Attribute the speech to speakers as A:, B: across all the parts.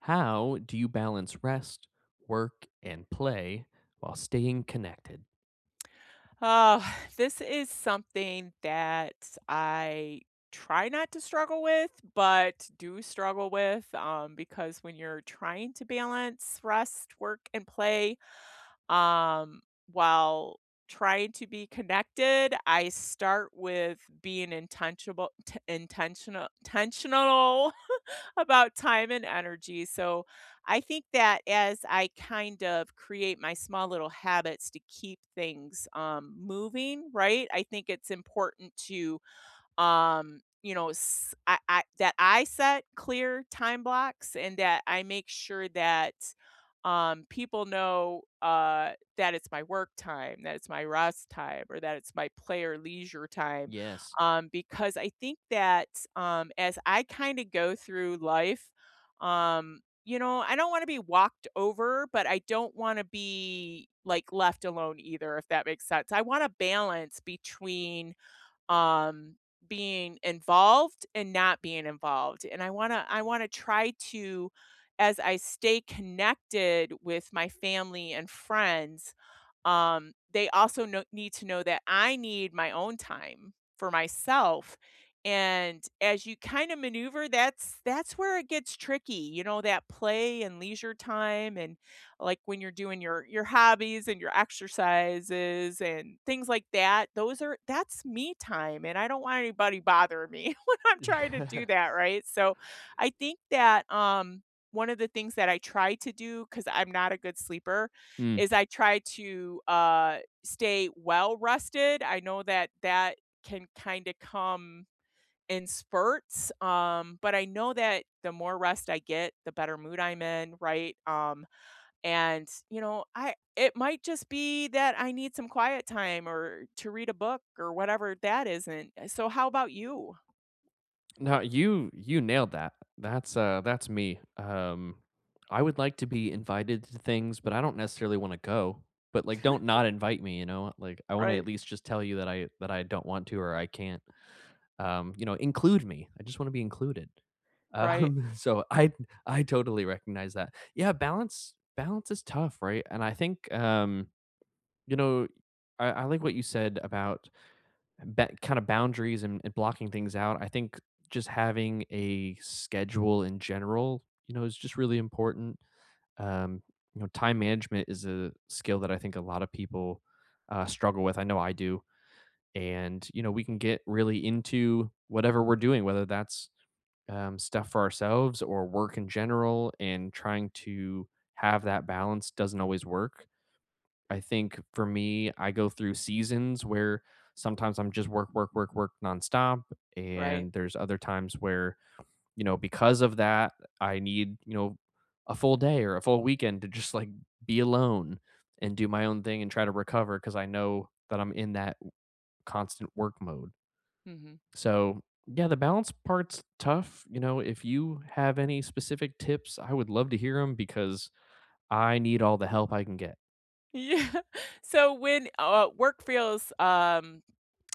A: How do you balance rest, work, and play while staying connected?
B: Oh, this is something that I try not to struggle with, but do struggle with, because when you're trying to balance rest, work, and play um, while trying to be connected, I start with being intentional, intentional about time and energy. So I think that as I kind of create my small little habits to keep things moving, right? I think it's important to I set clear time blocks and that I make sure that people know that it's my work time, that it's my rest time, or that it's my play or leisure time
A: Yes.
B: because I think that as I kind of go through life um I don't want to be walked over, but I don't want to be like left alone either, if that makes sense. I want to balance between um, being involved and not being involved. And I want to try to, as I stay connected with my family and friends, they also know, need to know, that I need my own time for myself. And as you kind of maneuver, that's where it gets tricky, you know, that play and leisure time, and like when you're doing your hobbies and your exercises and things like that, those are that's me time and I don't want anybody bothering me when I'm trying to do that, right? So I think that one of the things that I try to do, because I'm not a good sleeper,
A: Mm.
B: is I try to stay well rested. I know that can kind of come in spurts, but I know that the more rest I get, the better mood I'm in, right? And, you know, I, it might just be that I need some quiet time or to read a book or whatever that isn't. So how about you?
A: Now you nailed that. That's me. I would like to be invited to things, but I don't necessarily want to go. But like don't not invite me, you know? Like I want to at
B: Right.
A: least just tell you that I don't want to or I can't. Include me. I just want to be included.
B: Right.
A: So I totally recognize that. Yeah, balance is tough, right? And I think You know, I like what you said about kind of boundaries and, blocking things out. I think just having a schedule in general, you know, is just really important. Um, you know, time management is a skill that I think a lot of people struggle with. I know I do. And, you know, we can get really into whatever we're doing, whether that's stuff for ourselves or work in general, and trying to have that balance doesn't always work. I think for me, I go through seasons where sometimes I'm just work, work, work, work nonstop.
B: Right.
A: And there's other times where, you know, because of that, I need, you know, a full day or a full weekend to just like be alone and do my own thing and try to recover because I know that I'm in that constant work mode.
B: Mhm.
A: So, yeah, the balance part's tough. You know, if you have any specific tips, I would love to hear them because I need all the help I can get.
B: Yeah. So when work feels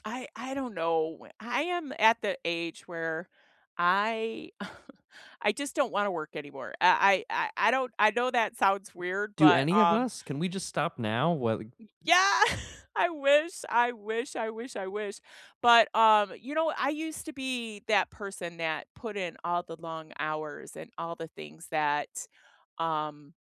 B: I don't know. I am at the age where I I just don't want to work anymore. I don't I know that sounds weird,
A: Do
B: but
A: any of us? Can we just stop now? What?
B: Yeah, I wish. But, you know, I used to be that person that put in all the long hours and all the things that, um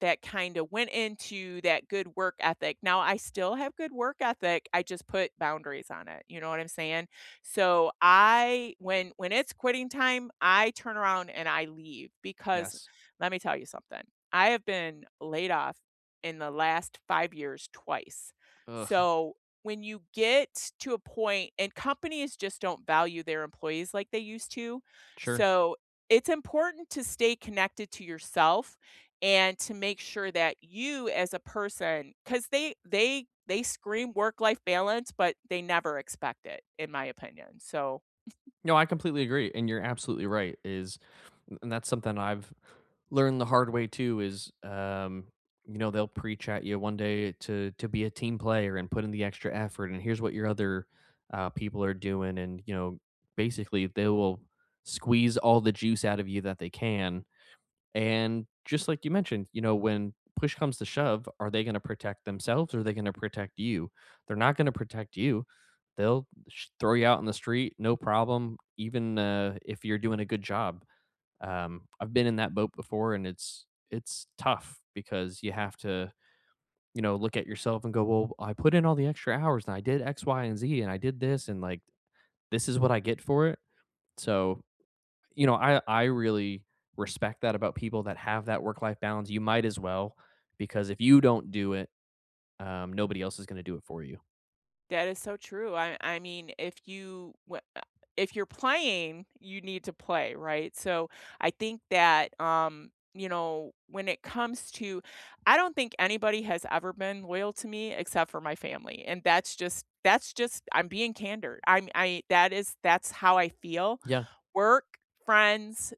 B: that kinda went into that good work ethic. Now I still have good work ethic, I just put boundaries on it, you know what I'm saying? So I, when it's quitting time, I turn around and I leave because,
A: Yes.
B: let me tell you something, I have been laid off in the last 5 years twice.
A: Ugh,
B: So when you get to a point, and companies just don't value their employees like they used to,
A: sure.
B: so it's important to stay connected to yourself and to make sure that you, as a person, because they scream work life balance but they never expect it, in my opinion. So
A: No, I completely agree, and you're absolutely right, is and that's something I've learned the hard way too is, you know, they'll preach at you one day to be a team player and put in the extra effort, and here's what your other, people are doing, and, you know, basically, they will squeeze all the juice out of you that they can. And just like you mentioned, you know, when push comes to shove, are they going to protect themselves or are they going to protect you? They're not going to protect you. They'll throw you out in the street, no problem, even if you're doing a good job. I've been in that boat before and it's tough because you have to, you know, look at yourself and go, "Well, I put in all the extra hours and I did X, Y, and Z and I did this and like this is what I get for it." So, you know, I really respect that about people that have that work life balance. You might as well, because if you don't do it, nobody else is going to do it for you.
B: that is so true. I mean, if you if you're playing, you need to play, right? So I think that when it comes to, I don't think anybody has ever been loyal to me except for my family, and that's just I'm being candid. I'm I That is that's how I feel.
A: Yeah.
B: Work, friends,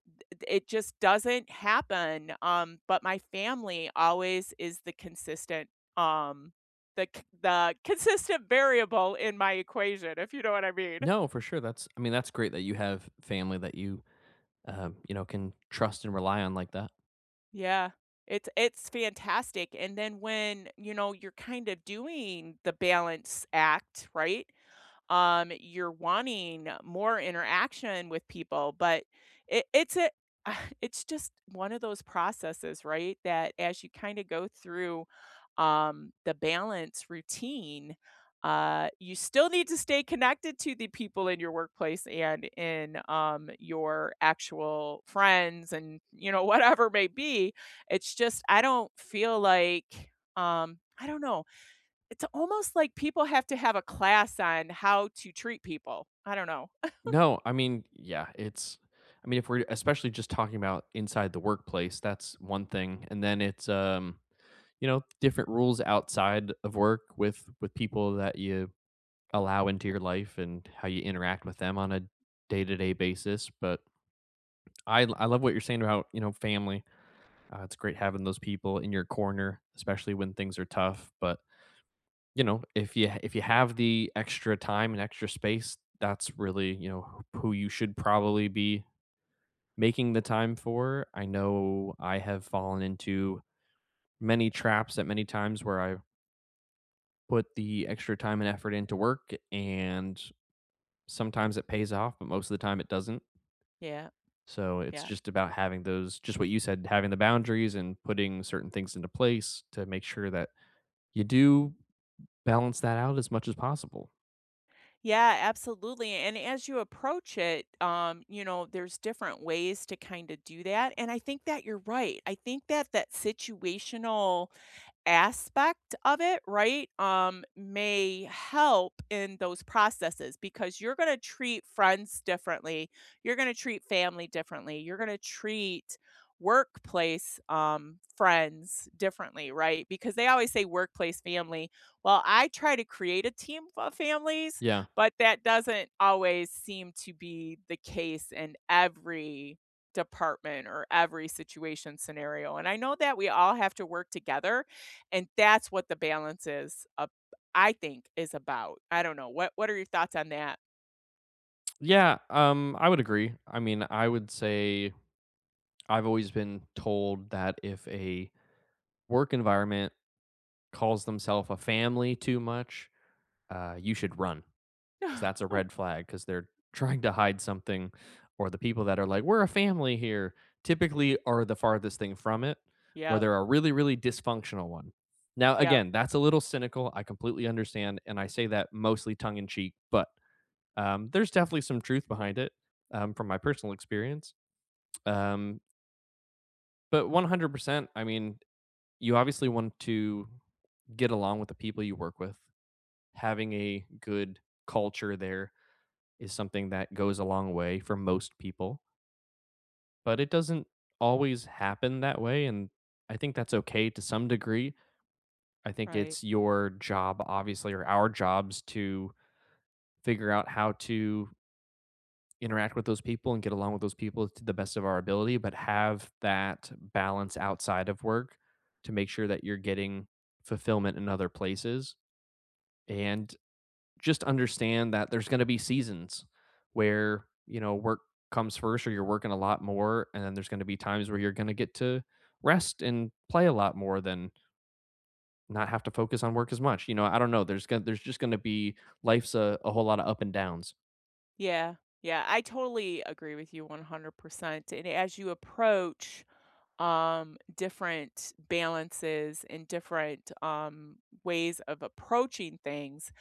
B: it just doesn't happen, but my family always is the consistent, um, the consistent variable in my equation, if you know what I mean.
A: No, for sure. That's I mean, that's great that you have family that you you know, can trust and rely on like that.
B: Yeah. It's fantastic, and then when, you know, you're kind of doing the balance act, right? You're wanting more interaction with people, but it's a it's just one of those processes, right? That as you kind of go through the balance routine, you still need to stay connected to the people in your workplace, and in your actual friends, and you know whatever it may be. It's just I don't feel like I don't know. It's almost like people have to have a class on how to treat people. I don't know.
A: No, I mean, yeah, it's I mean, if we're especially just talking about inside the workplace, that's one thing. And then it's you know, different rules outside of work with people that you allow into your life and how you interact with them on a day-to-day basis. But I love what you're saying about, you know, family. It's great having those people in your corner, especially when things are tough, but you know, if you have the extra time and extra space, that's really, you know, who you should probably be making the time for. I know I have fallen into many traps at many times where I put the extra time and effort into work, and sometimes it pays off, but most of the time it doesn't.
B: Yeah,
A: So it's
B: yeah.
A: just about having those, just what you said, having the boundaries and putting certain things into place to make sure that you do balance that out as much as possible.
B: Yeah, absolutely. And as you approach it, you know, there's different ways to kinda do that, and I think that you're right. I think that that situational aspect of it, right, may help in those processes, because you're going to treat friends differently. You're going to treat family differently. You're going to treat workplace friends differently, right? Because they always say workplace family. Well, I try to create a team of families,
A: Yeah.
B: but that doesn't always seem to be the case in every department or every situation scenario. And I know that we all have to work together, and that's what the balance is up I think is about. I don't know. What are your thoughts on that?
A: Yeah. I would agree. I mean, I would say I've always been told that if a work environment calls themselves a family too much, you should run. 'Cause that's a red flag because they're trying to hide something, or the people that are like, we're a family here, typically are the farthest thing from it, or
B: Yep,
A: they're a really, really dysfunctional one. Now,
B: yep,
A: again, that's a little cynical. I completely understand. And I say that mostly tongue in cheek, but there's definitely some truth behind it from my personal experience. Um, but 100%, I mean, you obviously want to get along with the people you work with, having a good culture there is something that goes a long way for most people, but it doesn't always happen that way. And I think that's okay to some degree. I think
B: right.
A: it's your job, obviously, or our jobs to figure out how to interact with those people and get along with those people to the best of our ability, but have that balance outside of work to make sure that you're getting fulfillment in other places. And just understand that there's going to be seasons where, you know, work comes first or you're working a lot more, and then there's going to be times where you're going to get to rest and play a lot more than not have to focus on work as much. You know, I don't know, there's going to, there's just going to be, life's a whole lot of up and downs.
B: Yeah, yeah, I totally agree with you 100%, and as you approach, different balances and different, ways of approaching things,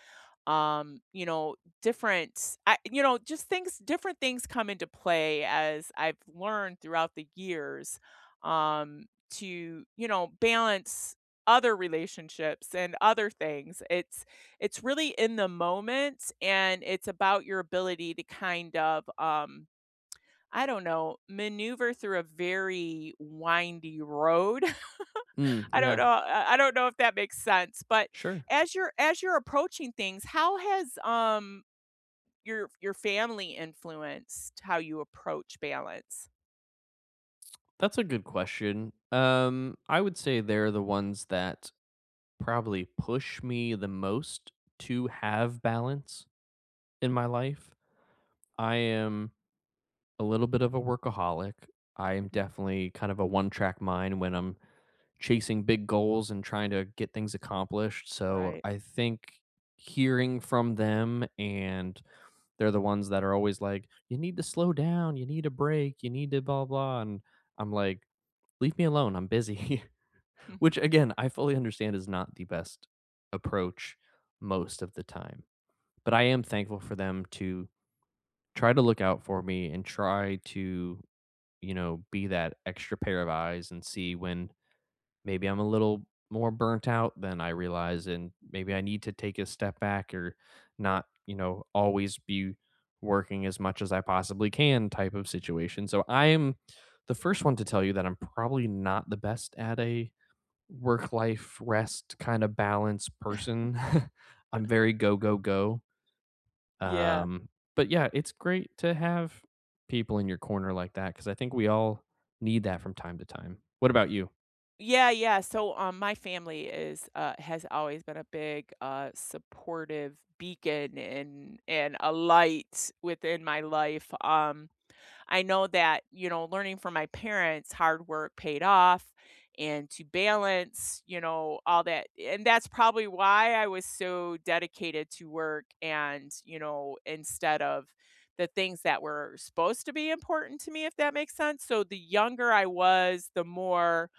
B: you know different I, you know, just things different things come into play as I've learned throughout the years, um to, you know, balance other relationships and other things. It's really in the moment, and it's about your ability to kind of I don't know, maneuver through a very windy road.
A: Mm,
B: I don't
A: yeah.
B: know. I don't know if that makes sense, but
A: Sure.
B: as you're approaching things, how has your family influenced how you approach balance?
A: That's a good question. I would say they're the ones that probably push me the most to have balance in my life. I am a little bit of a workaholic. I am
B: Mhm.
A: definitely kind of a one track mind when I'm chasing big goals and trying to get things accomplished. So
B: Right.
A: I think hearing from them, and they're the ones that are always like, you need to slow down, you need a break, you need to blah, blah. And I'm like, leave me alone, I'm busy,
B: Mhm.
A: which again, I fully understand is not the best approach most of the time. But I am thankful for them to try to look out for me and try to, you know, be that extra pair of eyes and see when maybe I'm a little more burnt out than I realize and maybe I need to take a step back, or not, you know, always be working as much as I possibly can type of situation. So I am the first one to tell you that I'm probably not the best at a work life rest kind of balance person. I'm very go go go,
B: Yeah.
A: um, but yeah, it's great to have people in your corner like that because I think we all need that from time to time. What about you?
B: Yeah, yeah. So, my family is has always been a big supportive beacon, and a light within my life. I know that, you know, learning from my parents, hard work paid off, and to balance, you know, all that. And that's probably why I was so dedicated to work and, you know, instead of the things that were supposed to be important to me, if that makes sense. So the younger I was, the more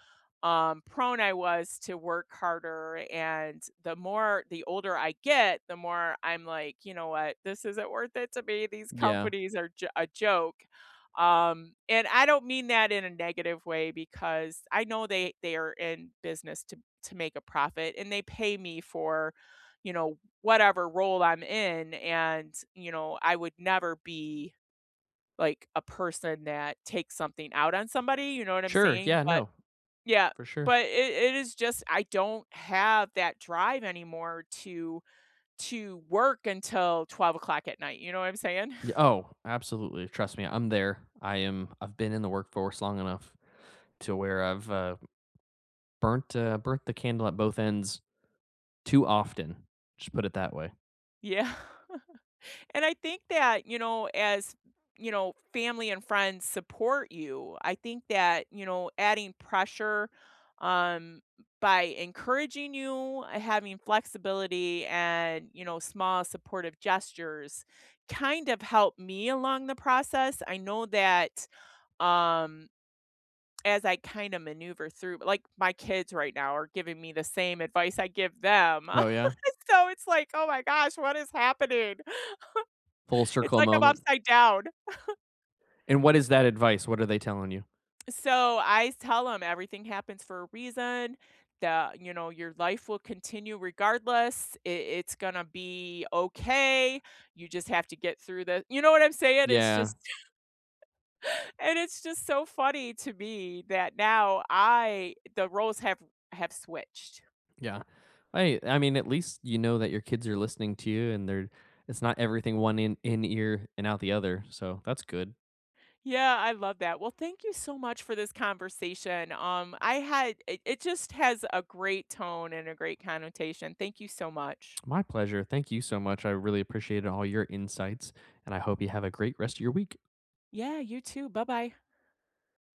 B: prone I was to work harder. And the more, the older I get, the more I'm like, you know what, this isn't worth it to me. These
A: Yeah.
B: companies are a joke. And I don't mean that in a negative way, because I know they are in business to make a profit, and they pay me for, you know, whatever role I'm in, and, you know, I would never be like a person that takes something out on somebody, you know what I'm
A: Sure.
B: saying?
A: Yeah.
B: But
A: No,
B: yeah,
A: for sure.
B: but it is just, I don't have that drive anymore to work until 12 o'clock at night. You know what I'm saying?
A: Yeah, oh, absolutely. Trust me, I'm there. I am. I've been in the workforce long enough to where I've burnt the candle at both ends too often. Just put it that way.
B: Yeah. And I think that, you know, as you know, family and friends support you, I think that, you know, adding pressure um by encouraging you, having flexibility and, you know, small supportive gestures kind of helped me along the process. I know that um as I kind of maneuver through, like, my kids right now are giving me the same advice I give them.
A: Oh yeah,
B: So it's like, oh my gosh, what is happening?
A: full
B: It's
A: circle
B: like I'm
A: moment.
B: upside down.
A: And what is that advice? What are they telling you?
B: So I tell them everything happens for a reason. That, you know, your life will continue regardless. It's gonna be okay. You just have to get through this. You know what I'm saying? It's
A: Yeah.
B: just and it's just so funny to me that now I the roles have switched.
A: Yeah. I mean, at least you know that your kids are listening to you, and they're it's not everything one in ear and out the other. So that's good.
B: Yeah, I love that. Well, thank you so much for this conversation. I had it, it just has a great tone and a great connotation. Thank you so much.
A: My pleasure. Thank you so much. I really appreciated all your insights, and I hope you have a great rest of your week.
B: Yeah, you too. Bye bye.